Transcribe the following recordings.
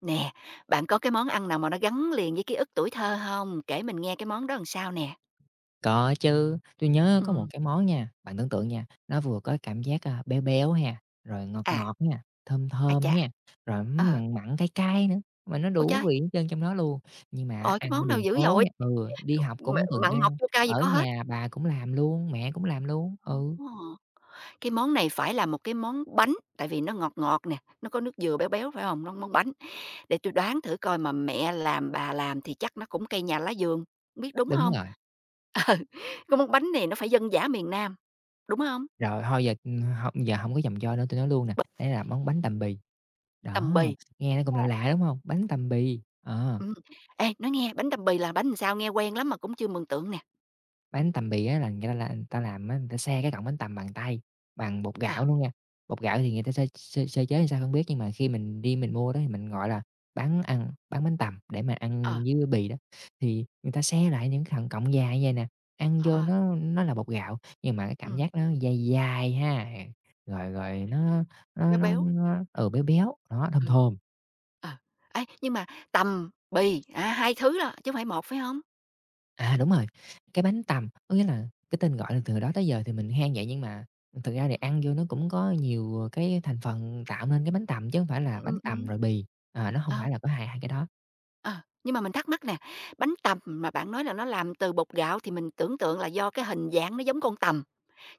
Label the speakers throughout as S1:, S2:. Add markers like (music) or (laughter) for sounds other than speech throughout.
S1: Nè, bạn có cái món ăn nào mà nó gắn liền với ký ức tuổi thơ không? Kể mình nghe cái món đó làm sao nè?
S2: Có chứ, tôi nhớ có một
S1: Ừm,
S2: cái món nha, bạn tưởng tượng nha, nó vừa có cảm giác, béo béo ha, rồi ngọt
S1: à,
S2: ngọt ha, thơm
S1: a
S2: thơm
S1: chà.
S2: ha, rồi,
S1: Ờ,
S2: mặn mặn, cay cay nữa, mà nó
S1: ôi
S2: đủ
S1: trời!
S2: vị hết trơn trong đó luôn. Nhưng mà
S1: Ôi, cái
S2: ăn ở
S1: món nào
S2: đường
S1: dữ
S2: phố
S1: dội!
S2: nha ừ, đi học
S1: M
S2: cũng từng
S1: Mặn ngọt
S2: ăn,
S1: chua cay gì
S2: ở
S1: có hết.
S2: nhà bà cũng làm luôn, mẹ cũng làm luôn, ừ,
S1: Ồ! Cái món này phải là một cái món bánh, tại vì nó ngọt ngọt nè, nó có nước dừa béo béo, phải không? Nó món bánh. Để tôi đoán thử coi mà mẹ làm, bà làm thì chắc nó cũng cây nhà lá vườn, hông biết đúng
S2: đúng
S1: không
S2: rồi.
S1: Cái món bánh này nó phải dân dã miền Nam, đúng không?
S2: Rồi thôi giờ, hông giờ không có vòng cho nữa, tôi nói luôn nè,
S1: Bịch,
S2: đấy là món bánh tằm bì,
S1: tằm
S2: đó,
S1: bì.
S2: nghe nó cũng là lạ lạ, đúng không? Bánh tằm bì, ờ.
S1: Ừm. Ê, nói nghe, bánh tằm bì là bánh làm sao? Nghe quen lắm mà cũng chưa mường tượng nè.
S2: Bánh tằm bì á là người ta làm á, người ta xe cái cọng bánh tằm bằng tay, bằng bột
S1: Ờ,
S2: gạo luôn nha. Bột gạo thì người ta sơ sơ sơ chế làm sao không biết, nhưng mà khi mình đi mình mua đó thì mình, gọi là, bán ăn bán bánh tằm để mà
S1: ờ,
S2: ăn với bì đó. Thì người ta xe lại những thằng cọng dài như vậy nè, ăn
S1: ờ,
S2: vô
S1: ờ,
S2: nó là bột gạo, nhưng mà cái cảm
S1: ừm,
S2: giác nó dai dai ha, rồi rồi
S1: béo béo,
S2: nó, ừ, béo béo, đó, thơm
S1: ừ.
S2: thơm.
S1: Ờ, ấy, nhưng mà tằm, bì, à, 2 thứ đó, chứ hông phải một, phải hông?
S2: À, đúng rồi, cái bánh tằm, có nghĩa là cái tên gọi là từ đó tới giờ thì mình hay ăn vậy, nhưng mà thực ra thì ăn vô nó cũng có nhiều, cái thành phần tạo nên cái bánh tằm chứ không phải là bánh
S1: Ừm,
S2: tằm rồi bì, ờ, nó không
S1: ờ,
S2: phải là có hai hai cái đó.
S1: ờ. Nhưng mà mình thắc mắc nè, bánh tằm mà bạn nói là nó làm từ bột gạo thì mình tưởng tượng là do cái hình dạng nó giống con tằm,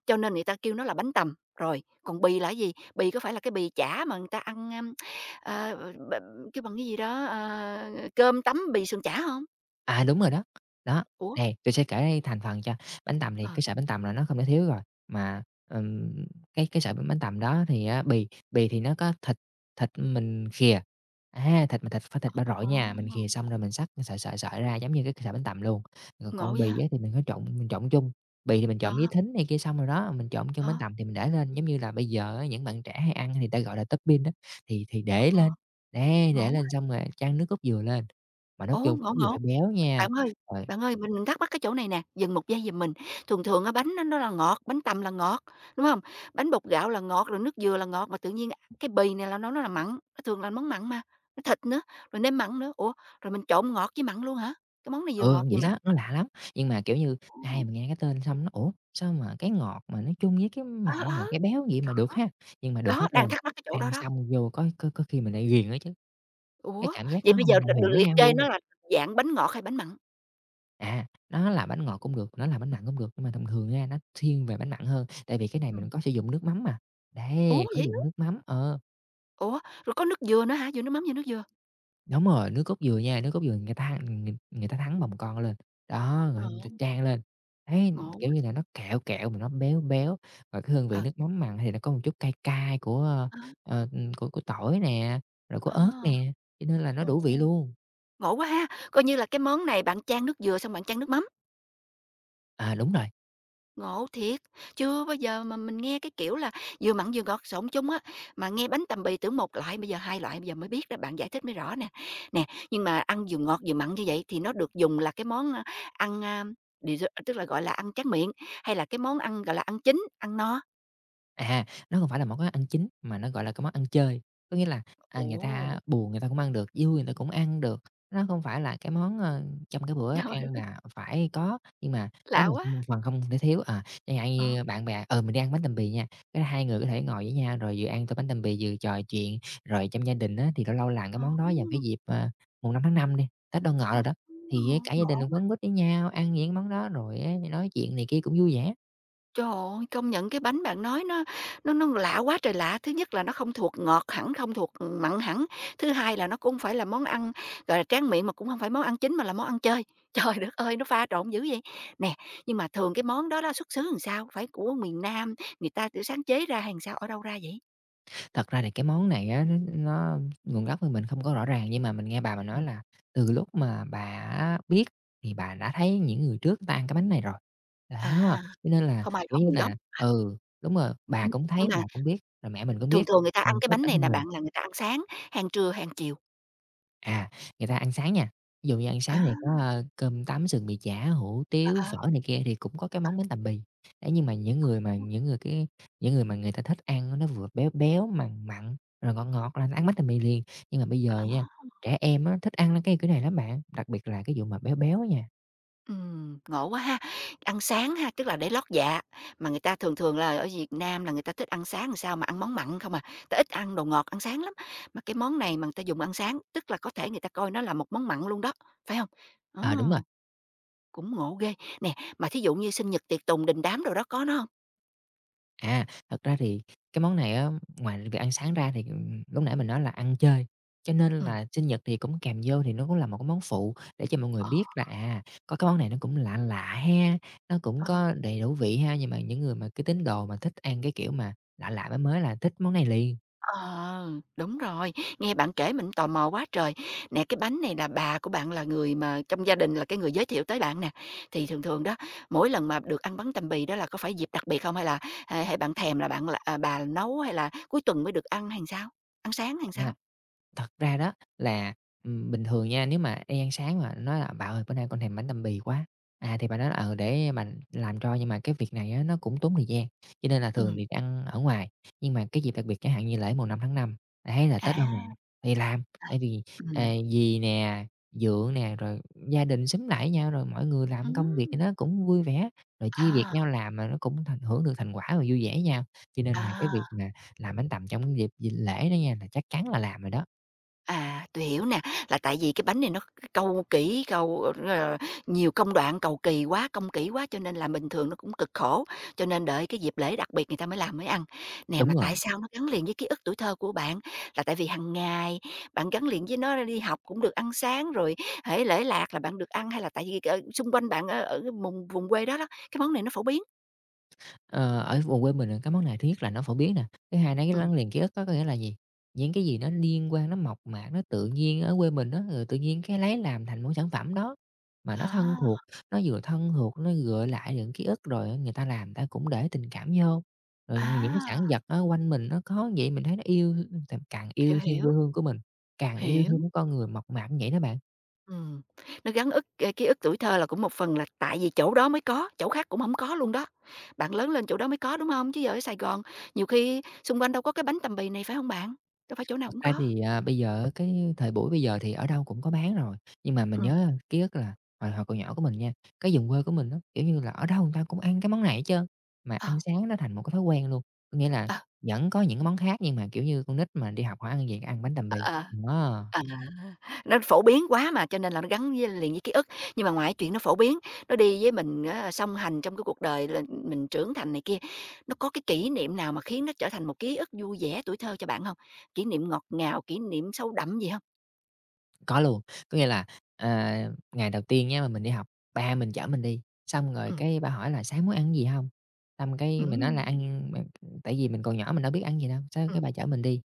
S1: cho nên người ta kêu nó là bánh tằm. Rồi, còn bì là cái gì? Bì có phải là cái bì chả mà người ta ăn, ưm, ờ, b kêu bằng cái gì đó, ờ, cơm tấm bì sườn chả hông?
S2: À, đúng rồi đó. Đó,
S1: Ủa?
S2: nè, tôi sẽ kể thành phần cho. Bánh tằm thì
S1: Ờ.
S2: cái sợi bánh tằm là nó không thể thiếu rồi, mà, ừm, cái sợi bánh tằm đó thì á, bì thì nó có thịt thịt mình khìa, thịt phải thịt ba rọi
S1: Ờ,
S2: nha, mình khìa xong rồi mình xắt sợi sợi sợi ra giống như cái sợi bánh tằm luôn. Rồi
S1: ngộ
S2: còn
S1: vậy?
S2: bì á thì mình trộn chung, bì thì mình
S1: Ờ,
S2: trộn với thính này kia xong rồi đó, mình trộn chung bánh
S1: ờ,
S2: tằm thì mình để lên. Giống như là bây giờ á, những bạn trẻ hay ăn thì ta gọi là topping đó, thì để
S1: ờ,
S2: lên, đấy, để
S1: ngộ quá!
S2: lên xong rồi chan nước cốt dừa lên. Mà nó
S1: Ồ,
S2: kêu
S1: ngộ,
S2: có người
S1: ngộ.
S2: phải béo nha,
S1: Bạn ơi,
S2: rồi
S1: bạn ơi, mình thắc mắc cái chỗ này nè, dừng một giây giùm mình. Thường thường á bánh nó là ngọt, bánh tằm là ngọt, đúng không? Bánh bột gạo là ngọt, rồi nước dừa là ngọt, mà tự nhiên cái bì này là nó là mặn, nó thường là món mặn mà, nó thịt nữa, rồi nêm mặn nữa. Ủa, rồi mình trộn ngọt với mặn luôn hả? Cái món này vừa
S2: ừ,
S1: ngọt vừa
S2: vậy
S1: mặn?
S2: đó, nó lạ lắm. Nhưng mà, kiểu như,
S1: Ồ,
S2: ai mà nghe cái tên xong nó, "Ủa, sao mà cái ngọt mà nó chung với cái
S1: ờ,
S2: mặn
S1: ờ.
S2: rồi cái béo vậy mà được ha?" Nhưng mà được hết
S1: Đó, đang
S2: trơn,
S1: thắc mắc cái chỗ
S2: ăn
S1: đó đó.
S2: xong vô có khi mình lại ghiền á chứ, cái
S1: Ủa,
S2: cảm giác
S1: vậy
S2: nó
S1: bây
S2: hòa
S1: giờ
S2: quyện
S1: được
S2: với
S1: liệt
S2: nhau
S1: kê
S2: luôn.
S1: nó là dạng bánh ngọt hay bánh mặn?
S2: À, nó là bánh ngọt cũng được, nó là bánh mặn cũng được, nhưng mà thông thường nha, nó thiên về bánh mặn hơn, tại vì cái này mình
S1: Ừm.
S2: có sử dụng nước mắm mà.
S1: Ủa,
S2: Đấy, có
S1: vậy,
S2: dùng nước mắm, ờ.
S1: ủa, rồi có nước dừa nữa hả? Dừa nước mắm, dừa nước dừa?
S2: Đúng rồi, nước cốt dừa nha, nước cốt dừa người ta thắng bồng con lên, đó, rồi
S1: Ờ.
S2: người ta chan lên, thấy,
S1: Ngộ
S2: kiểu
S1: quá!
S2: như là, nó kẹo kẹo mà nó béo béo, và cái hương vị
S1: Ờ,
S2: nước mắm mặn thì nó có một chút cay cay
S1: á,
S2: ờ, của tỏi nè, rồi của
S1: à,
S2: ớt nè, cho nên là nó
S1: ồ,
S2: đủ vị luôn.
S1: ngộ quá ha! Coi như là cái món này bạn chan nước dừa xong bạn chan nước mắm,
S2: À, đúng rồi.
S1: ngộ thiệt! Chưa bao giờ mà mình nghe cái kiểu là vừa mặn vừa ngọt xộn chung á, mà nghe bánh tằm bì tưởng một loại, bây giờ hai loại, bây giờ mới biết đó, bạn giải thích mới rõ nè. Nè, nhưng mà ăn vừa ngọt vừa mặn như vậy thì nó được dùng là cái món, a, ăn, a, dessert tức là, gọi là, ăn tráng miệng, hay là cái món ăn, gọi là, ăn chính, ăn no?
S2: À, nó không phải là món ăn chính, mà nó gọi là cái món ăn chơi. Có nghĩa là, à,
S1: Ồ,
S2: người ta buồn người ta cũng ăn được, vui người ta cũng ăn được. Nó không phải là cái món, trong cái bữa
S1: trời
S2: ăn
S1: ơi,
S2: mà phải có, nhưng mà nó
S1: lạ
S2: là một
S1: quá!
S2: phần không thể thiếu. À, chẳng hạn
S1: Ờ,
S2: như bạn bè, "Ờ, mình đi ăn bánh tằm bì nha", cái hai người có thể ngồi với nhau rồi vừa ăn tô bánh tằm bì vừa trò chuyện. Rồi trong gia đình á, thì lâu lâu làm cái
S1: ờ.
S2: món đó vào cái dịp, mùng 5 tháng 5 đi, Tết Đoan Ngọ
S1: Ờ,
S2: rồi đó, thì cả
S1: ngon
S2: gia đình
S1: quá!
S2: quấn quýt với nhau, ăn những món đó rồi á nói chuyện này kia cũng vui vẻ.
S1: Trời ơi, công nhận cái bánh bạn nói nó nó lạ quá trời lạ. Thứ nhất là nó không thuộc ngọt hẳn, không thuộc mặn hẳn. Thứ hai là nó cũng hông phải là món ăn, gọi là, tráng miệng mà cũng không phải món ăn chính mà là món ăn chơi. (laughs) Trời đất ơi, nó pha trộn dữ vậy! Nè, nhưng mà thường cái món đó đó xuất xứ làm sao? Phải của miền Nam người ta tự sáng chế ra hay sao? Ở đâu ra vậy?
S2: Thật ra thì cái món này á, nó nguồn gốc thì mình không có rõ ràng, nhưng mà mình nghe bà mà nói
S1: Ừm.
S2: là từ lúc mà bà á biết thì bà đã thấy những người trước người ta ăn cái bánh này rồi. Đó,
S1: À,
S2: cho nên là,
S1: không ai rõ
S2: kiểu như
S1: nguồn gốc.
S2: là ừ, đúng rồi, bà
S1: Nhưng
S2: cũng thấy,
S1: nhưng
S2: bà
S1: mà
S2: cũng biết, rồi mẹ mình cũng biết.
S1: thường thường người ta ăn cái
S2: Cái
S1: bánh
S2: bản
S1: này
S2: thân
S1: nè
S2: mình
S1: bạn, là người ta ăn sáng, hàng trưa, hàng chiều?
S2: À, người ta ăn sáng nha, ví dụ như ăn
S1: À,
S2: sáng thì có, cơm tấm, sườn bì chả, hủ
S1: ờ,
S2: tiếu,
S1: ờ,
S2: phở này kia thì cũng có cái món bánh tằm bì. Đấy, nhưng mà
S1: ờ.
S2: những người cái những người mà người ta thích ăn nó vừa béo béo, mặn mặn, rồi ngọt ngọt là ăn bánh tằm bì liền. Nhưng mà bây giờ
S1: Ờ.
S2: nha, trẻ em á thích ăn cái kiểu này lắm bạn, đặc biệt là cái vụ mà béo béo á nha.
S1: Ngộ quá ha! Ăn sáng ha, tức là để lót dạ, mà người ta thường thường là ở Việt Nam là người ta thích ăn sáng làm sao mà ăn món mặn không à, ta ít ăn đồ ngọt, ăn sáng lắm. Mà cái món này mà người ta dùng ăn sáng, tức là có thể người ta coi nó là một món mặn luôn đó, phải không? Ồ,
S2: Ờ, đúng rồi.
S1: cũng ngộ ghê! Nè, mà thí dụ như sinh nhật tiệc tùng đình đám đồ đó có nó hông?
S2: À, thật ra thì cái món này á, ngoài việc ăn sáng ra thì, lúc nãy mình nói là ăn chơi, cho nên
S1: Ừm,
S2: là sinh nhật thì cũng kèm vô thì nó cũng là một cái món phụ để cho mọi người
S1: ờ,
S2: biết là, có cái món này nó cũng lạ lạ ha, nó cũng
S1: ờ.
S2: có đầy đủ vị ha. Nhưng mà những người mà cái tín đồ mà thích ăn cái kiểu mà lạ lạ, mới mới là thích món này liền.
S1: Ờ, đúng rồi. Nghe bạn kể mình tò mò quá trời. Nè, cái bánh này là bà của bạn là người mà trong gia đình là cái người giới thiệu tới bạn nè. Thì thường thường đó, mỗi lần mà được ăn bánh tằm bì đó là có phải dịp đặc biệt không hay là hay bạn thèm là bạn là à, bà nấu hay là cuối tuần mới được ăn hay sao? Ăn sáng hay sao?
S2: À. Thật ra đó là, bình thường nha, nếu mà đi ăn sáng mà nói là "Bà ơi, bữa nay con thèm bánh tằm bì quá." À, thì bà nói là "Ừ, để bà làm cho." Nhưng mà cái việc này á, nó cũng tốn thời gian, cho nên là thường
S1: Ừ.
S2: thì ăn ở ngoài. Nhưng mà cái dịp đặc biệt chẳng hạn như lễ mùng 5 tháng 5 ấy, là Tết đoan ngọ
S1: À.
S2: thì làm, tại vì,
S1: Ừ.
S2: ờ, dì nè, dượng nè, rồi gia đình xúm lại với nhau, rồi mọi người làm
S1: Ừm.
S2: công việc thì nó cũng vui vẻ, rồi chia việc
S1: À,
S2: nhau làm mà nó cũng thành hưởng được thành quả và vui vẻ với nhau. Cho nên là cái việc
S1: à.
S2: mà làm bánh tằm trong cái dịp dịp lễ đó nha, là chắc chắn là làm rồi đó.
S1: À, tôi hiểu nè, là tại vì cái bánh này nó cầu kỹ, cầu, ờ, ờ, nhiều công đoạn, cầu kỳ quá, công kỹ quá cho nên là bình thường nó cũng cực khổ, cho nên đợi cái dịp lễ đặc biệt người ta mới làm, mới ăn. Nè, mà
S2: Đúng
S1: tại
S2: rồi,
S1: sao nó gắn liền với ký ức tuổi thơ của bạn? Là tại vì hàng ngày bạn gắn liền với nó, đi học cũng được ăn sáng, rồi hễ lễ lạc là bạn được ăn, hay là tại vì, ờ, xung quanh bạn ở ở cái vùng vùng quê đó đó, cái món này nó phổ biến?
S2: ờ, ở vùng quê mình, à, cái món này thứ nhất là nó phổ biến nè, thứ hai nó
S1: Ừm,
S2: gắn liền ký ức á, có nghĩa là gì? Những cái gì nó liên quan, nó mộc mạc, nó tự nhiên ở quê mình đó rồi tự nhiên cái lấy làm thành món sản phẩm đó, mà nó thân
S1: à,
S2: thuộc, nó vừa thân thuộc, nó gợi lại những ký ức, rồi người ta làm ta cũng để tình cảm vô. Rồi những cái sản
S1: à,
S2: vật ở quanh mình nó có vậy, mình thấy nó yêu, càng càng
S1: hiểu,
S2: yêu thêm
S1: hiểu,
S2: quê hương của mình, càng yêu
S1: hiểu.
S2: thêm cái con người mộc mạc như vậy đó bạn.
S1: Ừm, nó gắn ức cái ký ức tuổi thơ là cũng một phần là tại vì chỗ đó mới có, chỗ khác cũng không có luôn đó. Bạn lớn lên chỗ đó mới có, đúng không? Chứ giờ ở Sài Gòn nhiều khi xung quanh đâu có cái bánh tằm bì này, phải không bạn? Đâu phải chỗ nào
S2: Thật
S1: cũng
S2: ra
S1: có.
S2: thì, à, bây giờ á, cái thời buổi bây giờ thì ở đâu cũng có bán rồi, nhưng mà mình
S1: Ừm,
S2: nhớ ký ức là hồi hồi còn nhỏ của mình nha, cái vùng quê của mình đó kiểu như là, ở đâu người ta cũng ăn cái món này hết trơn, mà
S1: ờ,
S2: ăn sáng nó thành một cái thói quen luôn. Có nghĩa là
S1: ờ,
S2: vẫn có những cái món khác nhưng mà, kiểu như, con nít mà đi học hỏi ăn gì, ăn bánh tằm bì.
S1: ờ,
S2: Đó.
S1: ờ, nó phổ biến quá mà, cho nên là nó gắn với liền với ký ức. Nhưng mà ngoài chuyện nó phổ biến, nó đi với mình á song hành trong cái cuộc đời là mình trưởng thành này kia, nó có cái kỷ niệm nào mà khiến nó trở thành một ký ức vui vẻ tuổi thơ cho bạn không? Kỷ niệm ngọt ngào, kỷ niệm sâu đậm gì không?
S2: Có luôn, có nghĩa là, ờ, ngày đầu tiên nhé mà mình đi học, ba mình chở mình đi, xong rồi
S1: Ừm,
S2: cái ba hỏi là "Sáng muốn ăn gì không?" Xong cái mình nói là
S1: ừm.
S2: "Ăn," tại vì mình còn nhỏ mình đâu biết ăn gì đâu, xong cái
S1: Ừm.
S2: bà chở mình đi.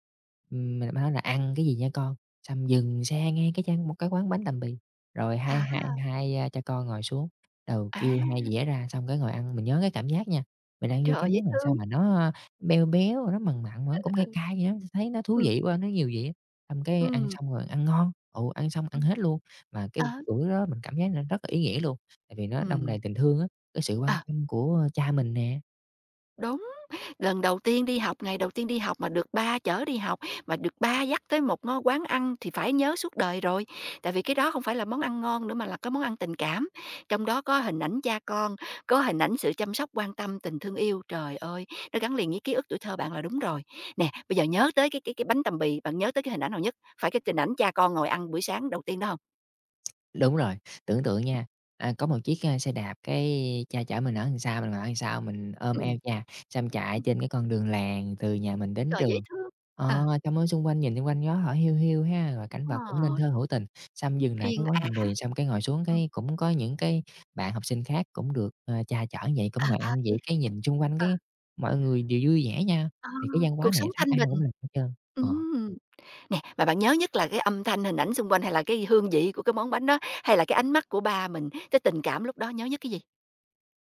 S2: Mình mới nói là "Ăn cái gì nha con?" Xong dừng xe ngay cái trang một cái quán bánh làm bì, rồi hai
S1: À,
S2: hai hai, a, cha con ngồi xuống, đầu
S1: à,
S2: kêu hai dĩa ra, xong cái ngồi ăn. Mình nhớ cái cảm giác nha, mình ăn vô
S1: trời
S2: cái
S1: ơi, dễ
S2: món làm sao
S1: thương!
S2: mà nó, béo béo, nó mặn mặn mà nó cũng
S1: Ừ,
S2: cay cay vậy đó, thấy nó thú
S1: ừ,
S2: vị quá, nó nhiều vị. Xong cái ăn
S1: ừm,
S2: xong rồi ăn ngon, ăn xong ăn
S1: ừm,
S2: hết luôn. Mà cái
S1: ờ,
S2: bữa đó mình cảm thấy là rất là ý nghĩa luôn, tại vì nó đong
S1: ừm,
S2: đầy tình thương á, cái sự quan
S1: à,
S2: tâm của cha mình nè.
S1: đúng, lần đầu tiên đi học, ngày đầu tiên đi học mà được ba chở đi học, mà được ba dắt tới một ngó quán ăn thì phải nhớ suốt đời rồi. Tại vì cái đó hông phải là món ăn ngon nữa mà là cái món ăn tình cảm, trong đó có hình ảnh cha con, có hình ảnh sự chăm sóc, quan tâm, tình thương yêu. Trời ơi, nó gắn liền với ký ức tuổi thơ bạn là đúng rồi. Nè, bây giờ nhớ tới cái bánh tằm bì, bạn nhớ tới cái hình ảnh nào nhất? Phải cái hình ảnh cha con ngồi ăn buổi sáng đầu tiên đó hông?
S2: Đúng rồi, tưởng tượng nha, có một chiếc, xe đạp, cái cha chở mình ở đằng sau, mình ngồi ở đằng sau, mình ôm eo
S1: Ừm.
S2: cha, xong chạy trên cái con đường làng từ nhà mình đến
S1: Trời, dễ
S2: trường.
S1: thương!
S2: Ờ,
S1: Ờ.
S2: xong ở xung quanh nhìn xung quanh gió thổi hiu hiu ha, rồi cảnh vật cũng nên
S1: Ờ,
S2: thơ hữu tình. Xong dừng lại
S1: yên
S2: cái quán
S1: ả.
S2: bánh mì, xong cái ngồi xuống
S1: Ừm,
S2: cái cũng có những cái bạn học sinh khác cũng được, ờ, cha chở vậy, cũng
S1: à,
S2: ngồi
S1: à,
S2: ăn vậy,
S1: vậy hả?
S2: cái nhìn xung quanh
S1: Ờ,
S2: cái mọi người đều vui vẻ nha,
S1: à,
S2: thì cái văn
S1: cuộc
S2: hóa này
S1: sống
S2: thấy
S1: thanh
S2: ai
S1: bình.
S2: cũng làm hết trơn. Ờ.
S1: Ừm, nè, mà bạn nhớ nhất là cái âm thanh, hình ảnh xung quanh hay là cái hương vị của cái món bánh đó, hay là cái ánh mắt của ba mình, cái tình cảm lúc đó nhớ nhất cái gì?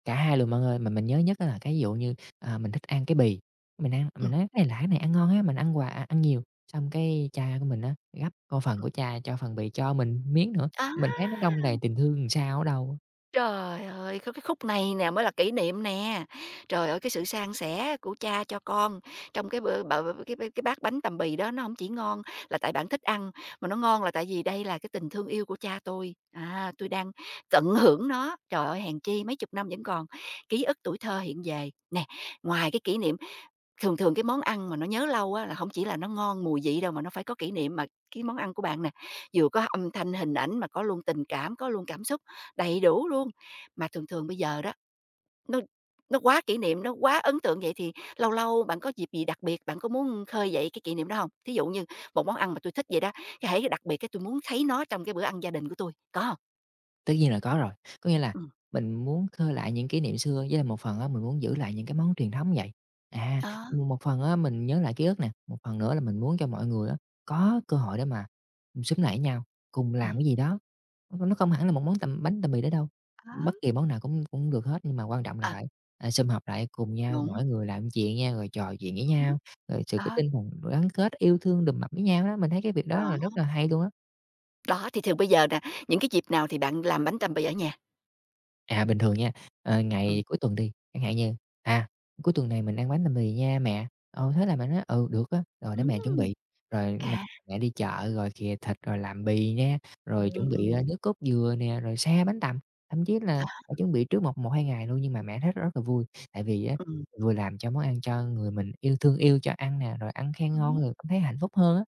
S2: Cả hai luôn bạn ơi, mà mình nhớ nhất á là cái dụ như, mình thích ăn cái bì, mình ăn mình
S1: Ừm,
S2: nói: "Cái này lạ, cái này ăn ngon á", mình ăn hoài à, ăn nhiều, xong cái cha của mình á, gắp con phần
S1: ừm.
S2: của cha cho phần bì cho mình miếng nữa,
S1: À!
S2: mình thấy nó đong đầy tình thương làm sao ở đâu.
S1: Trời ơi, có cái khúc này nè mới là kỷ niệm nè. Trời ơi, cái sự san sẻ của cha cho con trong cái bữa bợ cái cái bát bánh tằm bì đó nó không chỉ ngon là tại bạn thích ăn, mà nó ngon là tại vì đây là cái tình thương yêu của cha tôi. À, tôi đang tận hưởng nó. Trời ơi, hèn chi mấy chục năm vẫn còn ký ức tuổi thơ hiện về. Nè, ngoài cái kỷ niệm thường thường cái món ăn mà nó nhớ lâu á, là không chỉ là nó ngon mùi vị đâu, mà nó phải có kỷ niệm, mà cái món ăn của bạn nè, vừa có âm thanh, hình ảnh mà có luôn tình cảm, có luôn cảm xúc, đầy đủ luôn. Mà thường thường bây giờ đó, nó quá kỷ niệm, nó quá ấn tượng vậy thì lâu lâu bạn có dịp gì đặc biệt, bạn có muốn khơi dậy cái kỷ niệm đó không? Thí dụ như một món ăn mà tôi thích vậy đó, cái hễ đặc biệt cái tôi muốn thấy nó trong cái bữa ăn gia đình của tôi có không?
S2: Tất nhiên là có rồi, có nghĩa là
S1: Ừm,
S2: mình muốn khơi lại những kỷ niệm xưa, với lại một phần á mình muốn giữ lại những cái món truyền thống vậy. À,
S1: đó,
S2: một một phần á mình nhớ lại ký ức nè, một phần nữa là mình muốn cho mọi người á có cơ hội để mà, xúm lại với nhau, cùng làm
S1: ừm,
S2: cái gì đó. Nó không hẳn là một món tầm bánh tằm mì đó đâu,
S1: đó,
S2: bất kỳ món nào cũng cũng được hết, nhưng mà quan trọng là
S1: à,
S2: phải, sum họp lại cùng nhau,
S1: đúng,
S2: mỗi người làm chuyện nha, rồi trò chuyện với
S1: đúng,
S2: nhau, rồi sự cái
S1: đó,
S2: tinh thần gắn kết, yêu thương đùm bọc với nhau đó, mình thấy cái việc đó
S1: đó.
S2: là rất là hay luôn á.
S1: Đó, thì thường bây giờ nè, những cái dịp nào thì bạn làm bánh tằm bì ở nhà?
S2: À, bình thường nha, ờ,
S1: Ừm.
S2: ngày cuối tuần đi, chẳng hạn như, à, "Cuối tuần này mình ăn bánh làm mì nha mẹ." Ờ, thế là mẹ nói: "Ừ, được á." Rồi để mẹ chuẩn
S1: Ừm!
S2: bị, rồi m
S1: À,
S2: mẹ đi chợ rồi khìa thịt rồi làm bì nha, rồi
S1: ừm,
S2: chuẩn bị,
S1: ừm,
S2: nước cốt dừa nè, rồi xe bánh tằm. Thậm chí là
S1: à,
S2: phải chuẩn bị trước một một 2 ngày luôn nhưng mà mẹ thấy rất là vui, tại vì á,
S1: ừm,
S2: vừa làm cho món ăn cho người mình yêu thương yêu cho ăn nè, rồi ăn khen
S1: ừm.
S2: ngon rồi cảm thấy hạnh phúc hơn á.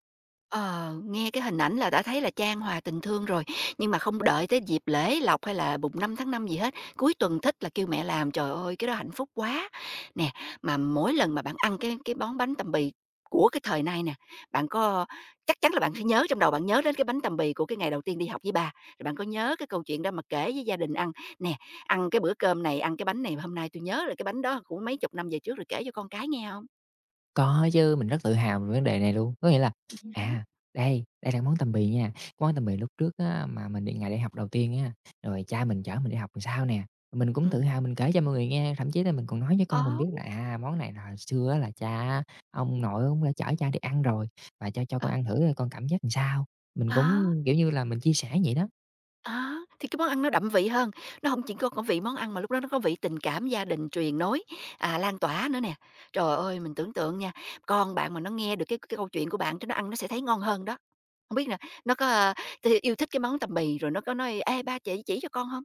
S1: Ờ, nghe cái hình ảnh là đã thấy là chan hòa tình thương rồi, nhưng mà không đợi tới dịp lễ lộc hay là mùng 5 tháng 5 gì hết, cuối tuần thích là kêu mẹ làm, trời ơi, cái đó hạnh phúc quá. Nè, mà mỗi lần mà bạn ăn cái món bánh tằm bì của cái thời nay nè, bạn có chắc chắn là bạn sẽ nhớ trong đầu bạn nhớ đến cái bánh tằm bì của cái ngày đầu tiên đi học với bà, rồi bạn có nhớ cái câu chuyện đó mà kể với gia đình ăn, nè, ăn cái bữa cơm này, ăn cái bánh này, hôm nay tôi nhớ là cái bánh đó của mấy chục năm về trước rồi kể cho con cái nghe không?
S2: Có chứ, mình rất tự hào về vấn đề này luôn. Có nghĩa là,
S1: Vậy hả?
S2: à, đây, đây là món tằm bì nha, món tằm bì lúc trước á mà mình đi ngày đi học đầu tiên á, rồi cha mình chở mình đi học làm sao nè, mình cũng tự hào mình kể cho mọi người nghe, thậm chí là mình còn nói với con mình
S1: Ờ,
S2: biết là, món này là hồi xưa á là cha ông nội ông đã chở cha đi ăn rồi và cho
S1: ờ,
S2: con ăn thử coi con cảm giác làm sao. Mình
S1: ờ.
S2: cũng, kiểu như là, mình chia sẻ vậy đó.
S1: Á, thì cái món ăn nó đậm vị hơn, nó không chỉ có vị món ăn mà lúc đó nó có vị tình cảm gia đình truyền nối, à, lan tỏa nữa nè. Trời ơi, mình tưởng tượng nha, con bạn mà nó nghe được cái câu chuyện của bạn thì nó ăn nó sẽ thấy ngon hơn đó. Không biết là nó có, a, yêu thích cái món tằm bì rồi nó có nói: "Ê, ba chị chỉ cho con" không?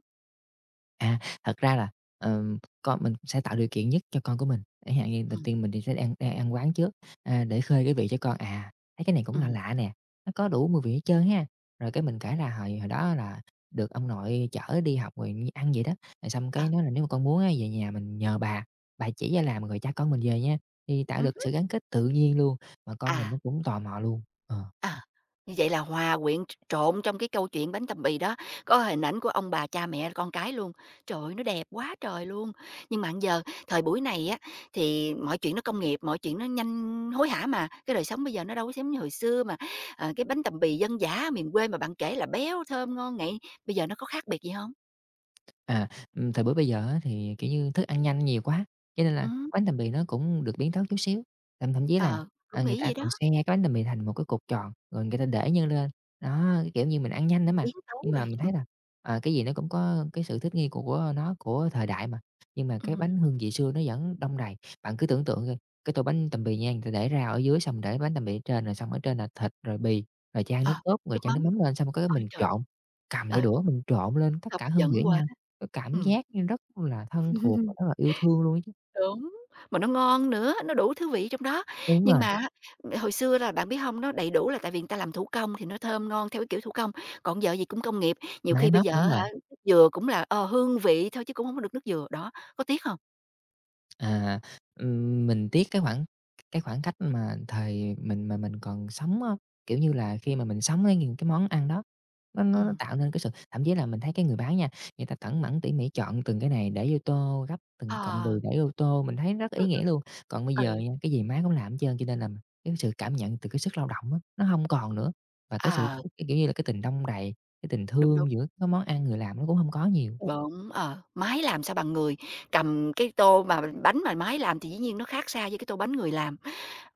S2: À, thật ra là, con mình sẽ tạo điều kiện nhất cho con của mình, chẳng hạn như đầu
S1: Ừm,
S2: tiên mình đi sẽ ăn đang ăn quán trước, để khơi cái vị cho con, à, thấy cái này cũng là
S1: ừm,
S2: lạ lạ nè, nó có đủ mùi vị hết trơn ha. Rồi cái mình kể là hồi hồi đó là được ông nội chở đi học rồi đi ăn vậy đó, rồi xong
S1: ờ,
S2: cái nói là "Nếu mà con muốn á, về nhà mình nhờ bà chỉ ra làm rồi cha con mình về nha." Thì tạo được
S1: ừm
S2: cái sự gắn kết tự nhiên luôn, mà con mình nó
S1: à.
S2: cũng tò mò luôn. Ờ.
S1: À, như vậy là hòa quyện trộn trong cái câu chuyện bánh tằm bì đó, có hình ảnh của ông bà, cha mẹ, con cái luôn. Trời ơi, nó đẹp quá trời luôn! Nhưng mà giờ, thời buổi này á, thì mọi chuyện nó công nghiệp, mọi chuyện nó nhanh hối hả mà, cái đời sống bây giờ nó đâu có giống như hồi xưa mà, ờ, cái bánh tằm bì dân dã miền quê mà bạn kể là béo, thơm, ngon nghậy, bây giờ nó có khác biệt gì không?
S2: À, thời buổi bây giờ á thì, kiểu như, thức ăn nhanh nhiều quá, cho nên là
S1: Ừm,
S2: bánh tằm bì nó cũng được biến tấu chút xíu. Thậm thậm chí là,
S1: ờ, cũng
S2: người
S1: nghĩ
S2: ta
S1: vậy đó,
S2: còn xe cái bánh tằm bì thành một cái cục tròn, rồi người ta để nhân lên. Đó, cái kiểu như, mình ăn nhanh nữa mà.
S1: biến
S2: Nhưng
S1: tấu
S2: mà
S1: rồi.
S2: mình thấy là, ờ, cái gì nó cũng có cái sự thích nghi của nó, của thời đại mà. Nhưng mà cái
S1: Ừm,
S2: bánh hương vị xưa nó vẫn đong đầy. Bạn cứ tưởng tượng coi, cái tô bánh tằm bì nha, người ta để rau ở dưới, xong để bánh tằm bì ở trên, rồi xong ở trên là thịt, rồi bì, rồi chan
S1: ờ,
S2: nước cốt, rồi
S1: nước
S2: chan nước
S1: mắm,
S2: mắm lên, xong cái
S1: ôi
S2: mình
S1: trời
S2: trộn, cầm đôi
S1: ơi, ừ,
S2: đũa mình trộn lên tất
S1: hấp
S2: cả hương
S1: dẫn
S2: vị với
S1: quá!
S2: nhau. Cái cảm
S1: Ừm.
S2: giác như rất là thân thuộc và rất
S1: (laughs)
S2: là yêu thương luôn ấy chứ.
S1: Đúng, mà nó ngon nữa, nó đủ thứ vị trong đó.
S2: Đúng
S1: Nhưng
S2: rồi,
S1: mà á, hồi xưa là bạn biết hông, nó đầy đủ là tại vì người ta làm thủ công thì nó thơm ngon theo cái kiểu thủ công, còn giờ gì cũng công nghiệp, nhiều
S2: máy
S1: khi bây
S2: móc,
S1: giờ
S2: đúng
S1: á
S2: rồi.
S1: hả, nước dừa cũng là, ờ, hương vị thôi chứ cũng hông có được nước dừa, đó, có tiếc hông?
S2: À, mình tiếc cái khoảng cách mà thời mình mà mình còn sống á, kiểu như là, khi mà mình sống với những cái món ăn đó, nó
S1: Ừm,
S2: tạo nên cái sự thậm chí là mình thấy cái người bán nha, người ta cẩn mẫn tỉ mỉ chọn từng cái này để vô tô, gấp từng cọng
S1: ờ,
S2: đùi để vô tô, mình thấy rất
S1: ừ,
S2: ý nghĩa
S1: ừ.
S2: luôn. Còn bây giờ
S1: Ừ,
S2: nha, cái gì máy cũng làm hết trơn, cho nên là cái sự cảm nhận từ cái sức lao động á, nó hông còn nữa, và cái sự,
S1: ờ,
S2: cái kiểu như là, cái tình đong đầy, cái tình
S1: đúng, đúng,
S2: thương giữa cái món ăn người làm nó cũng hông có nhiều.
S1: đúng, ờ, máy làm sao bằng người, cầm cái tô mà bánh mà máy làm thì dĩ nhiên nó khác xa với cái tô bánh người làm.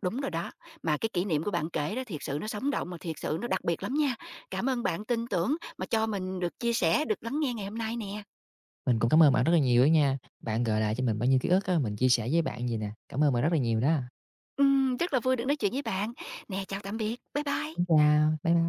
S1: Đúng rồi đó, mà cái kỷ niệm của bạn kể đó thiệt sự nó sống động mà thiệt sự nó đặc biệt lắm nha. Cảm ơn bạn tin tưởng mà cho mình được chia sẻ, được lắng nghe ngày hôm nay nè.
S2: Mình cũng cảm ơn bạn rất là nhiều á nha. Bạn gợi lại cho mình bao nhiêu ký ức á, mình chia sẻ với bạn gì nè. Cảm ơn bạn rất là nhiều đó.
S1: Rất là vui được nói chuyện với bạn. Nè, chào tạm biệt. Bye bye.
S2: Xin chào, bye bye.